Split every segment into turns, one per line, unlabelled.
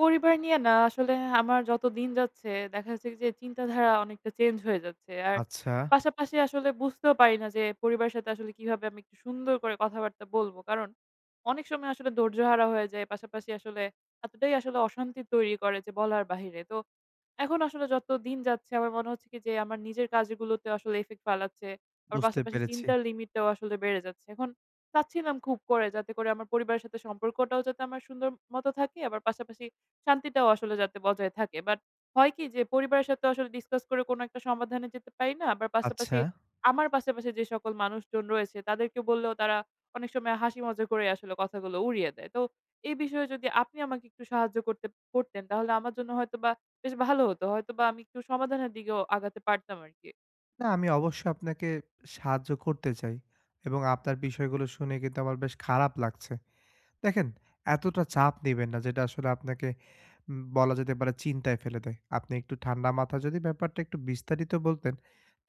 পরিবার নিয়ে না আসলে আমার যত দিন যাচ্ছে, দেখা যাচ্ছে যে চিন্তাধারা অনেকটা চেঞ্জ হয়ে যাচ্ছে। আর
আচ্ছা,
পাশাপাশি আসলে বুঝতেও পারি না যে পরিবারের সাথে আসলে কিভাবে আমি একটু সুন্দর করে কথাবার্তা বলব। কারণ অনেক সময় আসলে ধৈর্যহারা হয়ে যায়। পাশাপাশি আসলে এতটাই আসলে অশান্তি তৈরি করে যে বলার বাহিরে। তো এখন আসলে যত দিন যাচ্ছে আমার মনে হচ্ছে কি যে আমার নিজের কাজগুলোতে আসলে ইফেক্ট ফালাচ্ছে। আবার
বুঝতে
পাশাপাশি
পেরেছি।
চিন্তার লিমিটটাও আসলে বেড়ে যাচ্ছে। এখন চাচ্ছিলাম খুব করে যাতে করে আমার পরিবারের সাথে সম্পর্কটাও যাতে আমার সুন্দর মতো থাকে, আবার পাশাপাশি শান্তিটাও আসলে যাতে বজায় থাকে। বাট হয় কি যে পরিবারের সাথে আসলে ডিসকাস করে কোনো একটা সমাধানে যেতে পারি না। আবার
আচ্ছা।
পাশাপাশি আমার পাশাপাশি যে সকল মানুষজন রয়েছে তাদেরকে বললেও তারা অনেক সময় হাসি মজা করে আসলে কথাগুলো উড়িয়ে দেয়। তো এই বিষয়ে যদি আপনি আমাকে একটু সাহায্য করতেন তাহলে আমার জন্য হয়তোবা বেশ ভালো হতো। হয়তোবা আমি একটু সমাধানের দিকেও আগাতে পারতাম আরকি।
না, আমি অবশ্যই আপনাকে সাহায্য করতে চাই এবং আপনার বিষয়গুলো শুনে কিন্তু আমার বেশ খারাপ লাগছে। দেখেন, এতটা চাপ নিবেন না যেটা আসলে আপনাকে বলা যেতে পারে চিন্তায় ফেলে দেয়। আপনি একটু ঠান্ডা মাথায় যদি ব্যাপারটা একটু বিস্তারিত বলতেন,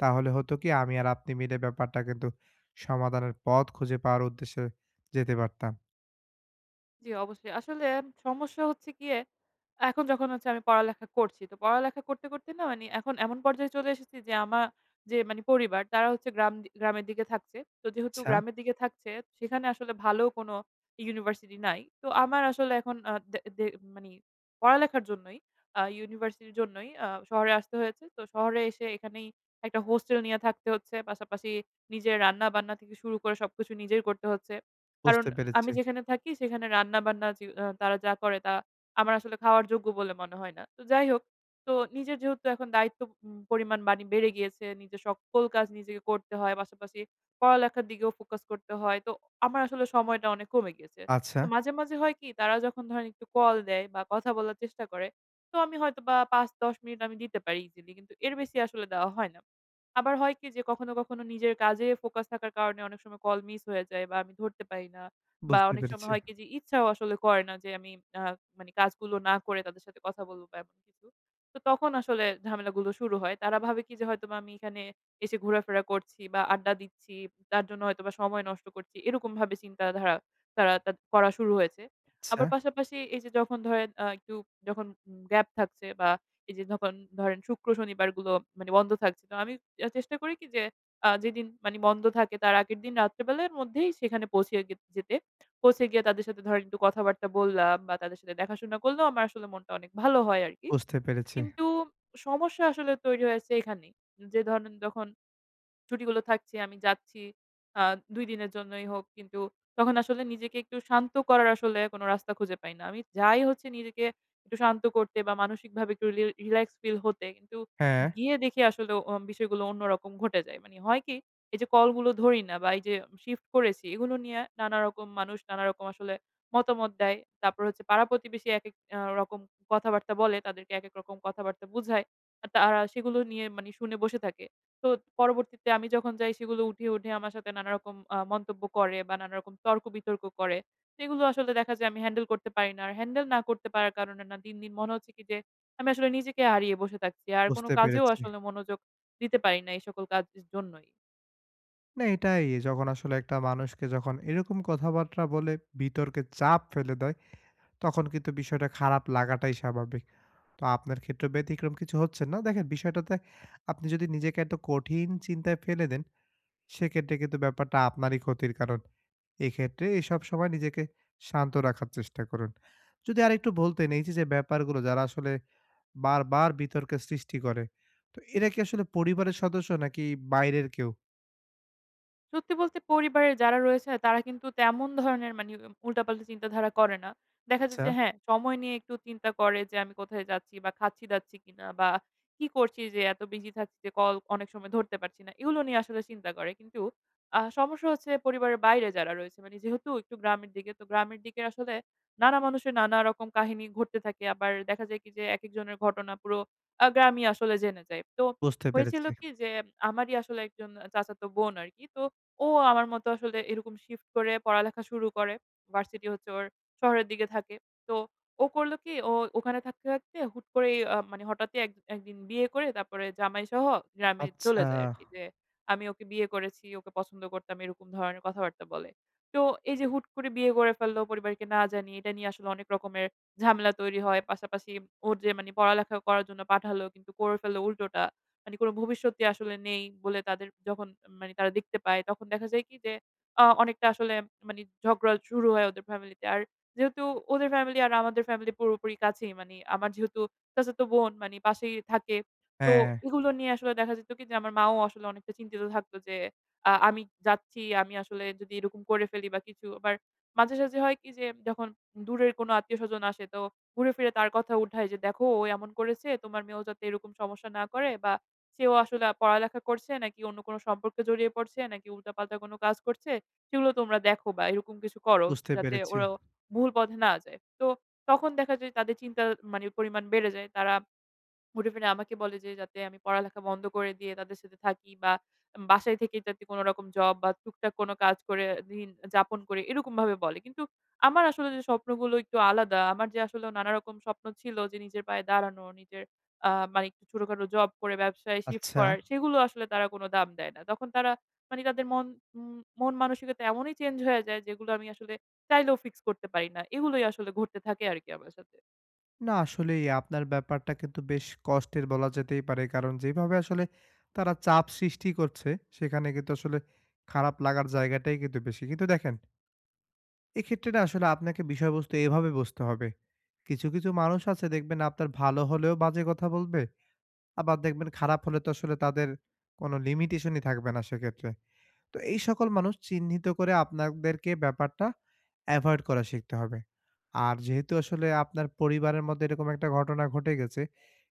তাহলে হতো কি আমি আর আপনি মিলে ব্যাপারটা কিন্তু সমাধানের পথ খুঁজে পাওয়ার উদ্দেশ্যে যেতে পারতাম।
জি, অবশ্যই। আসলে সমস্যা হচ্ছে গিয়ে এখন যখন হচ্ছে আমি পড়ালেখা করছি। তো পড়ালেখা করতে, করতে না মানে এখন এমন পর্যায়ে চলে এসেছি যে আমার যে মানে পরিবার তারা হচ্ছে গ্রামের দিকে থাকছে। তো যেহেতু
আচ্ছা,
গ্রামের দিকে থাকছে, সেখানে আসলে ভালো কোনো ইউনিভার্সিটি নাই। তো আমার আসলে এখন আ দে দে মানে পড়ালেখার জন্যই ইউনিভার্সিটির জন্যই শহরে আসতে হয়েছে। তো শহরে এসে এখানেই একটা হোস্টেল নিয়ে থাকতে হচ্ছে। পাশাপাশি নিজের রান্না-বান্না থেকে শুরু করে সবকিছু নিজেই করতে হচ্ছে। কারণ
বুঝতে
আমি
পেরেছি।
যেখানে থাকি সেখানে রান্না-বান্না যে তারা যা করে তা আমার আসলে খাওয়ার যোগ্য বলে মনে হয় না। তো যাই হোক, তো নিজের যেহেতু এখন দায়িত্ব পরিমাণ বেড়ে গিয়েছে, নিজের সকল কাজ নিজেকে করতে হয়। পাশাপাশি পড়ালেখার দিকেও ফোকাস করতে হয়। তো আমার আসলে সময়টা অনেক কমে গিয়েছে।
আচ্ছা,
তো মাঝে, মাঝে হয় কি, তারা যখন ধরেন একটু কল দেয় বা কথা বলার চেষ্টা করে, তো আমি হয়তোবা ৫-১০ মিনিট আমি দিতে পারি ইজিলি। কিন্তু এর বেশি আসলে দেওয়া হয় না। আবার হয় কি যে কখনো, কখনো নিজের কাজে ফোকাস থাকার কারণে অনেক সময় কল মিস হয়ে যায় বা আমি ধরতে পারি না। বা
বুঝতে
অনেক সময়
পেরেছি।
হয় কি যে ইচ্ছাও আসলে করে না যে আমি আ মানে কাজগুলো না করে তাদের সাথে কথা বলব বা এমন কিছু। তো তখন আসলে ঝামেলাগুলো শুরু হয়। তারা ভাবে কি যে হয়তোবা আমি এখানে এসে ঘোরাফেরা করছি বা আড্ডা দিচ্ছি, তার জন্য হয়তোবা সময় নষ্ট করছি। এরকম ভাবে চিন্তাধারা তারা তা করা শুরু হয়েছে।
আচ্ছা,
আবার পাশাপাশি এই যে যখন ধরেন একটু যখন গ্যাপ থাকছে বা এই যে যখন ধরেন শুক্র শনিবারগুলো মানে বন্ধ থাকছিল। আমি চেষ্টা করি কি যে যেদিন মানে বন্ধ থাকে তার আগের দিন রাত্রেবেলার মধ্যেই সেখানে পৌঁছে যেতে। পৌঁছে গিয়ে তাদের সাথে ধরেন একটু কথাবার্তা বললাম বা তাদের সাথে দেখাশোনা করলেও আমার আসলে মনটা অনেক ভালো হয় আরকি।
বুঝতে পেরেছি।
কিন্তু সমস্যা আসলে তৈরি হয়েছে এখানেই। যে ধরেন যখন ছুটিগুলো থাকছে, আমি যাচ্ছি। আ ২ দিনের জন্যই হোক, কিন্তু তখন আসলে নিজেকে একটু শান্ত করার আসলে কোনো রাস্তা খুঁজে পাই না। আমি যাই হচ্ছে নিজেকে একটু শান্ত করতে বা মানসিকভাবে একটু রিল্যাক্স ফিল হতে। কিন্তু
হ্যাঁ,
গিয়ে দেখি আসলে বিষয়গুলো অন্যরকম ঘটে যায়। মানে হয় কি? এই যে কলগুলো ধরি না বা এই যে শিফট করেছি, এগুলো নিয়ে নানারকম মানুষ নানারকম আসলে মতামত দেয়। তারপর হচ্ছে পাড়া-প্রতিবেশী একেক রকম কথাবার্তা বলে, তাদেরকে একেক রকম কথাবার্তা বুঝায়। আর তারা সেগুলো নিয়ে মানে শুনে বসে থাকে। তো পরবর্তীতে আমি যখন যাই সেগুলো উঠে, উঠে আমার সাথে নানারকম মন্তব্য করে বা নানারকম তর্ক-বিতর্ক করে। সেগুলো আসলে দেখা যায় আমি হ্যান্ডেল করতে পারি না। আর হ্যান্ডেল না করতে পারার কারণে না দিন, দিন মনে হচ্ছে কি যে আমি আসলে নিজেকে হারিয়ে বসে থাকছি। আর কোনো
বুঝতে
কাজেও
পেরেছি।
আসলে মনোযোগ দিতে পারি না এই সকল কাজের জন্যই।
না এটাই যখন আসলে একটা মানুষকে যখন এরকম কথাবার্তা বলে বিতর্কে চাপ ফেলে দেয় তখন কিন্তু বিষয়টা খারাপ লাগাটাই স্বাভাবিক। তো আপনার ক্ষেত্রে ব্যতিক্রম কিছু হচ্ছে না। দেখেন বিষয়টাতে আপনি যদি নিজেকে এত কঠিন চিন্তায় ফেলে দেন সেক্ষেত্রে কিন্তু ব্যাপারটা আপনারই ক্ষতির কারণ। এক্ষেত্রে এসব সময় নিজেকে শান্ত রাখার চেষ্টা করুন। যদি আরেকটু বলতেন এই যে, যে ব্যাপারগুলো যারা আসলে বারবার বিতর্কের সৃষ্টি করে, তো এরা কি আসলে পরিবারের সদস্য নাকি বাইরের কেউ?
সত্যি বলতে, পরিবারের যারা রয়েছে তারা কিন্তু তেমন ধরনের মানে উল্টাপাল্টা চিন্তাধারা করে না। দেখা যায়
আচ্ছা,
যে হ্যাঁ, সময় নিয়ে একটু চিন্তা করে যে আমি কোথায় যাচ্ছি বা খাচ্ছি-দাচ্ছি কিনা, বা কি করছি যে এত বিজি থাকছি যে কল অনেক সময় ধরতে পারছি না। এগুলো নিয়ে আসলে চিন্তা করে। কিন্তু সমস্যা হচ্ছে পরিবারের বাইরে যারা রয়েছে, মানে যেহেতু একটু গ্রামের দিকে, তো গ্রামের দিকে আসলে নানা মানুষের নানা রকম কাহিনী ঘটতে থাকে। আবার দেখা যায় কি যে একেকজনের ঘটনা পুরো গ্রামই আসলে জেনে যায়। তো
বুঝতে
হয়েছিল
পেরেছি।
কি যে আমারই আসলে একজন চাচাতো বোন আরকি। তো ও আমার মতো আসলে এরকম শিফট করে পড়ালেখা শুরু করে। ভার্সিটি হচ্ছে ওর শহরের দিকে থাকে। তো ও করলো কি, ও ওখানে থাকতে, থাকতে হুট করেই মানে হঠাৎই এক একদিন বিয়ে করে তারপরে জামাইসহ গ্রামে
আচ্ছা,
চলে যায় আরকি যে, "আমি ওকে বিয়ে করেছি, ওকে পছন্দ করতাম", এরকম ধরনের কথাবার্তা বলে। তো এই যে হুট করে বিয়ে করে ফেললো পরিবারকে না জানিয়ে, এটা নিয়ে আসলে অনেক রকমের ঝামেলা তৈরি হয়। পাশাপাশি ওর যে মানে পড়ালেখা করার জন্য পাঠালো কিন্তু করে ফেললো উল্টোটা। মানে কোনো ভবিষ্যৎই আসলে নেই বলে তাদের যখন মানে তারা দেখতে পায়, তখন দেখা যায় কি যে অনেকটা আসলে মানে ঝগড়া শুরু হয় ওদের ফ্যামিলিতে। আর যেহেতু ওদের ফ্যামিলি আর আমাদের ফ্যামিলি পুরোপুরি কাছেই, মানে আমার যেহেতু চাচাতো বোন মানে পাশেই থাকে। তো
হ্যাঁ,
এগুলো নিয়ে আসলে দেখা যেত কি যে আমার মাও আসলে অনেকটা চিন্তিত থাকতো যে আমি যাচ্ছি, আমি আসলে যদি এরকম করে ফেলি বা কিছু। আবার মাঝে সাঝে হয় কি যে যখন দূরের কোনো আত্মীয়স্বজন আসে, তো ঘুরে ফিরে তার কথা উঠায় যে, "দেখো ও এমন করেছে, তোমার মেয়েও যাতে এরকম সমস্যা না করে, বা সেও আসলে পড়ালেখা করছে নাকি অন্য কোনো সম্পর্কে জড়িয়ে পড়ছে নাকি উল্টাপাল্টা কোনো কাজ করছে, সেগুলো তোমরা দেখো বা এরকম কিছু করো
বুঝতে
যাতে
পেরেছি।
ওরা ভুল পথে না যায়।" তো তখন দেখা যায় তাদের চিন্তার মানে পরিমাণ বেড়ে যায়। তারা মুঠোফোনে আমাকে বলে যে যাতে আমি পড়ালেখা বন্ধ করে দিয়ে তাদের সাথে থাকি বা বাসায় থেকে যাতে কোনো রকম জব বা টুকটাক কোনো কাজ করে দিন যাপন করে, এরকম ভাবে বলে। কিন্তু আমার আসলে যে স্বপ্নগুলো একটু আলাদা। আমার যে আসলে নানা রকম স্বপ্ন ছিল যে নিজের পায়ে দাঁড়ানো, নিজের মানে একটু ছোটখাটো জব করে ব্যবসায় শিফট
আচ্ছা।
করার, সেগুলো আসলে তারা কোনো দাম দেয় না। তখন তারা মানে তাদের মন মানসিকতা এমনই চেঞ্জ হয়ে যায় যেগুলো আমি আসলে চাইলেও ফিক্স করতে পারি না। এগুলোই আসলে ঘটতে থাকে আরকি আমার সাথে।
না আসলেই আপনার ব্যাপারটা কিন্তু বেশ কষ্টের বলা যেতেই পারে। কারণ যেভাবে আসলে তারা চাপ সৃষ্টি করছে, সেখানে কিন্তু আসলে খারাপ লাগার জায়গাটাই কিন্তু বেশি। কিন্তু দেখেন, এক্ষেত্রে না আসলে আপনাকে বিষয়বস্তু এভাবে বুঝতে হবে। কিছু, কিছু মানুষ আছে দেখবেন আপনার ভালো হলেও বাজে কথা বলবে। আবার দেখবেন খারাপ হলে তো আসলে তাদের কোনো লিমিটেশনই থাকবে না সেক্ষেত্রে। তো এই সকল মানুষ চিহ্নিত করে আপনাদেরকে ব্যাপারটা এভয়েড করা শিখতে হবে। আর যেহেতু আসলে আপনার পরিবারের মধ্যে এরকম একটা ঘটনা ঘটে গেছে,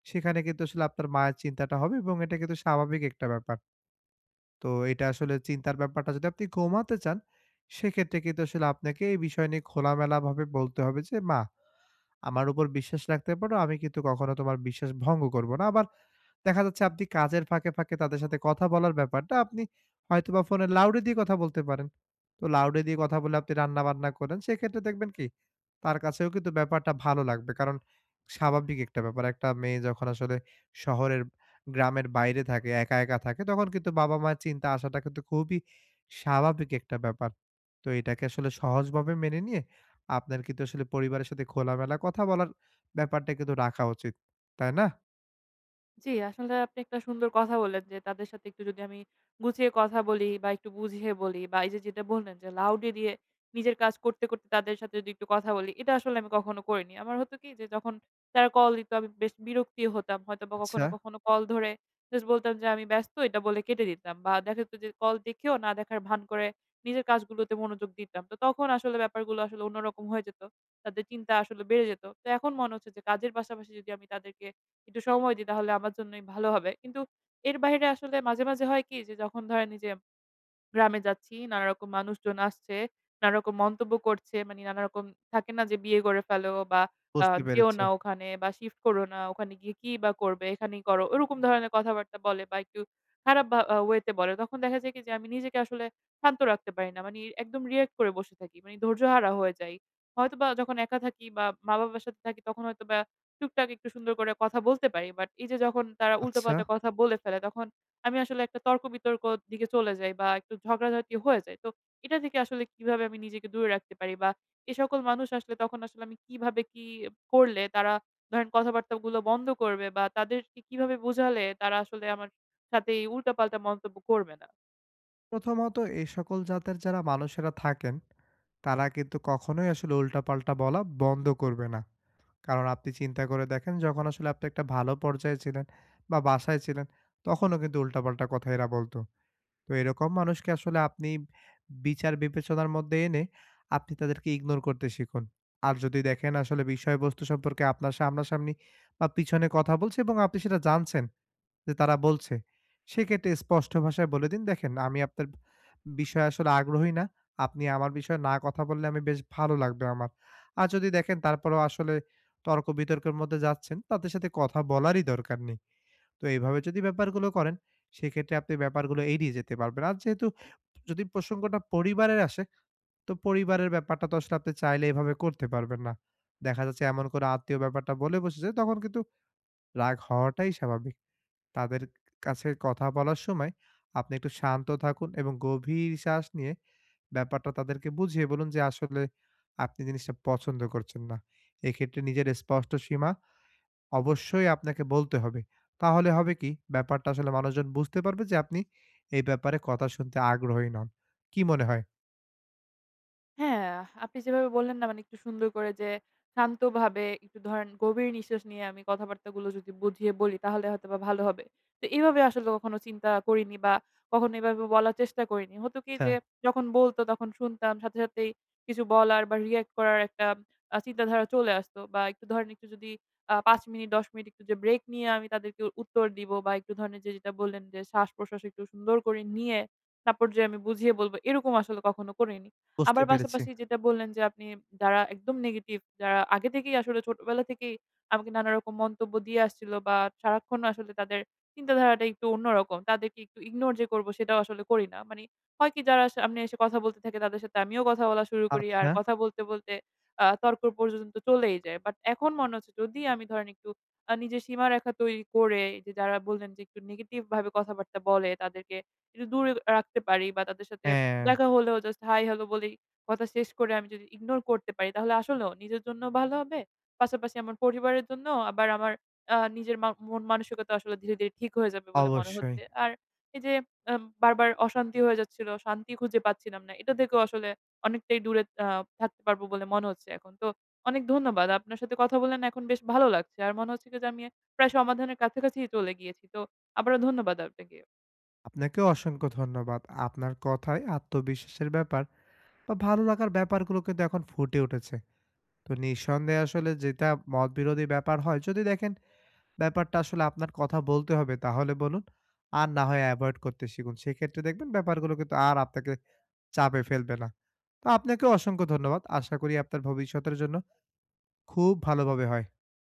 সেখানে কিন্তু আসলে আপনার মায়ের চিন্তাটা হবে এবং এটা কিন্তু স্বাভাবিক একটা ব্যাপার। তো এটা আসলে চিন্তার ব্যাপারটা যদি আপনি কমাতে চান, সেক্ষেত্রে কিন্তু আসলে আপনাকে এই বিষয় নিয়ে খোলামেলাভাবে বলতে হবে যে, "মা, আমার উপর বিশ্বাস রাখতে পারো। আমি কিন্তু কখনো তোমার বিশ্বাস ভঙ্গ করব না। আবার দেখা যাচ্ছে আপনি কাজের ফাঁকে, ফাঁকে তাদের সাথে কথা বলার ব্যাপারটা আপনি হয়তোবা ফোনের লাউড এ দিয়ে কথা বলতে পারেন। তো লাউড এ দিয়ে কথা বলে আপনি রান্না-বান্না করেন। সেক্ষেত্রে দেখবেন কি তার কাছেও কিন্তু ব্যাপারটা ভালো লাগবে। কারণ স্বাভাবিক একটা ব্যাপার। একটা মেয়ে যখন আসলে শহরের গ্রামের বাইরে থাকে, একা, একা থাকে তখন কিন্তু বাবা-মায়ের চিন্তা আসাটা কিন্তু খুবই স্বাভাবিক একটা ব্যাপার। তো এটাকে আসলে সহজভাবে মেনে নিয়ে আপনার কিন্তু আসলে পরিবারের সাথে খোলামেলা কথা বলার ব্যাপারটা কিন্তু রাখা উচিত। তাই না?
জি, আসলে আপনি একটা সুন্দর কথা বললেন যে তাদের সাথে একটু যদি আমি গুছিয়ে কথা বলি বা একটু বুঝিয়ে বলি, বা এই যে যেটা বললেন যে লাউডে দিয়ে নিজের কাজ করতে, করতে তাদের সাথে যদি একটু কথা বলি, এটা আসলে আমি কখনো করিনি। আমার হতো কি যে যখন তারা কল দিত আমি বেশ বিরক্তি হতাম। হয়তোবা
আচ্ছা।
কখনো, কখনো কল ধরে জাস্ট বলতাম যে আমি ব্যস্ত, এটা বলে কেটে দিতাম। বা দেখা যেত যে কল দেখেও না দেখার ভান করে নিজের কাজগুলোতে মনোযোগ দিতাম। তো তখন আসলে ব্যাপারগুলো আসলে অন্যরকম হয়ে যেত। তাদের চিন্তা আসলে বেড়ে যেত। তো এখন মনে হচ্ছে যে কাজের পাশাপাশি যদি আমি তাদেরকে একটু সময় দিই তাহলে আমার জন্যই ভালো হবে। কিন্তু এর বাইরে আসলে মাঝে, মাঝে হয় কি যে যখন ধরেন এই যে গ্রামে যাচ্ছি। নানারকম মানুষজন আসছে। নানারকম মন্তব্য করছে। মানে নানারকম থাকে না যে বিয়ে করে ফেলো বা
বুঝতে
যেও
পেরেছি।
না ওখানে বা শিফট করো না। ওখানে গিয়ে কি বা করবে? এখানেই করো। ওরকম ধরনের কথাবার্তা বলে বা একটু খারাপ ভা আ ওয়ে তে বলে। তখন দেখা যায় কি যে আমি নিজেকে আসলে শান্ত রাখতে পারি না। মানে একদম রিঅ্যাক্ট করে বসে থাকি। মানে ধৈর্যহারা হয়ে যাই। হয়তোবা যখন একা থাকি বা মা-বাবার সাথে থাকি তখন হয়তোবা টুকটাক একটু সুন্দর করে কথা বলতে পারি। বাট এই যে যখন তারা
আচ্ছা।
উল্টোপাল্টা কথা বলে ফেলে তখন আমি আসলে একটা তর্ক-বিতর্ক দিকে চলে যাই বা একটু ঝগড়াঝাটি হয়ে যায়। তো এটা থেকে আসলে কিভাবে আমি নিজেকে দূরে রাখতে পারি, বা এ সকল মানুষ আসলে তখন আসলে আমি কিভাবে কি করলে তারা ধরেন কথাবার্তাগুলো বন্ধ করবে বা তাদেরকে কিভাবে বোঝালে তারা আসলে আমার সাথে এই উল্টাপাল্টা মন্তব্য করবে না?
প্রথমত এই সকল জাতের যারা মানুষেরা থাকেন, তারা কিন্তু কখনোই আসলে উল্টাপাল্টা বলা বন্ধ করবে না। কারণ আপনি চিন্তা করে দেখেন যখন আসলে আপনি একটা ভালো পর্যায়ে ছিলেন বা বাসায় ছিলেন, তখনও কিন্তু উল্টাপাল্টা কথা এরা বলতো। তো এরকম মানুষকে আসলে আপনি বিচার বিবেচনার মধ্যে এনে আপনি তাদেরকে ইগনোর করতে শিখুন। আর যদি দেখেন আসলে বিষয়বস্তু সম্পর্কে আপনার সামনাসামনি বা পিছনে কথা বলছে এবং আপনি সেটা জানছেন যে তারা বলছে। সেক্ষেত্রে স্পষ্ট ভাষায় বলে দিন, "দেখেন আমি আপনার বিষয়ে আসলে আগ্রহী না। আপনি আমার বিষয়ে না কথা বললে আমি বেশ ভালো লাগবে আমার।" আর যদি দেখেন তারপরেও আসলে তর্ক-বিতর্কের মধ্যে যাচ্ছেন, তাদের সাথে কথা বলারই দরকার নেই। তো এইভাবে যদি ব্যাপারগুলো করেন, সেক্ষেত্রে আপনি ব্যাপারগুলো এড়িয়ে যেতে পারবেন। আর যেহেতু যদি প্রসঙ্গটা পরিবারের আসে, তো পরিবারের ব্যাপারটা তো আসলে আপনি চাইলে এভাবে করতে পারবেন না। দেখা যাচ্ছে এমন করে আত্মীয় ব্যাপারটা বলে বসেছে, তখন কিন্তু রাগ হওয়াটাই স্বাভাবিক। তাদের কাছে কথা বলার সময় আপনি একটু শান্ত থাকুন এবং গভীর শ্বাস নিয়ে ব্যাপারটা তাদেরকে বুঝিয়ে বলুন যে আসলে আপনি জিনিসটা পছন্দ করছেন না। এক্ষেত্রে নিজের স্পষ্ট সীমা অবশ্যই আপনাকে বলতে হবে। তাহলে হবে কি ব্যাপারটা আসলে মানুষজন বুঝতে পারবে যে আপনি এই ব্যাপারে কথা শুনতে আগ্রহী নন। কি মনে হয়?
হ্যাঁ, আপনি যেভাবে বললেন না মানে একটু সুন্দর করে যে শান্তভাবে একটু ধরেন গভীর নিঃশ্বাস নিয়ে আমি কথাবার্তাগুলো যদি বুঝিয়ে বলি তাহলে হয়তোবা ভালো হবে। তো এভাবে আসলে কখনো চিন্তা করিনি বা কখনো এভাবে বলার চেষ্টা করিনি। হতো কি
আচ্ছা,
যে যখন বলতো তখন শুনতাম সাথে সাথেই কিছু বলার বা রিঅ্যাক্ট করার একটা চিন্তাধারা চলে আসতো, বা একটু ধরেন একটু যদি ৫ মিনিট ১০ মিনিট একটু যে ব্রেক নিয়ে আমি তাদেরকে উত্তর দিব, বা একটু ধরেন এইযে যেটা বললেন যে শ্বাস-প্রশ্বাস একটু সুন্দর করে নিয়ে তারপর যে আমি বুঝিয়ে বলব, এরকম আসলে কখনো করিনি।
বুঝতে
আবার
পেরেছি।
পাশাপাশি যেটা বললেন যে আপনি, যারা একদম নেগেটিভ, যারা আগে থেকেই আসলে ছোটবেলা থেকেই আমাকে নানা রকম মন্তব্য দিয়ে আসছিল বা সারাক্ষণ আসলে তাদের চিন্তাধারাটা একটু অন্যরকম। তাদেরকে একটু ইগনোর যে করব সেটাও আসলে করি না। মানে হয় কি, যারা সামনে এসে কথা বলতে থাকে তাদের সাথে আমিও কথা বলা শুরু করি। আর
আচ্ছা।
কথা বলতে, বলতে তর্ক পর্যন্ত চলেই যায়। বাট এখন মনে হচ্ছে যদি আমি ধরেন একটু নিজের সীমারেখা তৈরি করে এই যে যারা বললেন যে একটু নেগেটিভ ভাবে কথাবার্তা বলে তাদেরকে একটু দূরে রাখতে পারি, বা তাদের সাথে
হ্যাঁ,
দেখা হলেও জাস্ট হাই হ্যালো বলেই কথা শেষ করে আমি যদি ইগনোর করতে পারি তাহলে আসলেও নিজের জন্য ভালো হবে। পাশাপাশি আমার পরিবারের জন্য, আবার আমার নিজের মন মানসিকতা আসলে ধীরে, ধীরে ঠিক হয়ে যাবে বলে মনে
অবশ্যই।
হচ্ছে। আর এই যে বারবার অশান্তি হয়ে যাচ্ছিল, শান্তি খুঁজে পাচ্ছিলাম না। এটা থেকেও আসলে অনেকটাই দূরে থাকতে পারবো বলে মনে হচ্ছে এখন। তো অনেক ধন্যবাদ। আপনার সাথে কথা বলে না এখন বেশ ভালো লাগছে। আর মনে হচ্ছে কি যে আমি প্রায় সমাধানের কাছাকাছি চলে গিয়েছি। তো আবারও ধন্যবাদ আপনাকে।
আপনাকেও অসংখ্য ধন্যবাদ। আপনার কথায় আত্মবিশ্বাসের ব্যাপার বা ভালো লাগার ব্যাপারগুলো কিন্তু এখন ফুটে উঠেছে। তো নিঃসন্দেহে আসলে যেটা মতবিরোধী ব্যাপার হয়, যদি দেখেন ব্যাপারটা আসলে আপনার কথা বলতে হবে তাহলে বলুন। আর না হয় এভয়েড করতে শিখুন। সেক্ষেত্রে দেখবেন ব্যাপারগুলো কিন্তু আর আপনাকে চাপে ফেলবে না। তো আপনাকেও অসংখ্য ধন্যবাদ। আশা করি আপনার ভবিষ্যতের জন্য খুব ভালোভাবে হয়।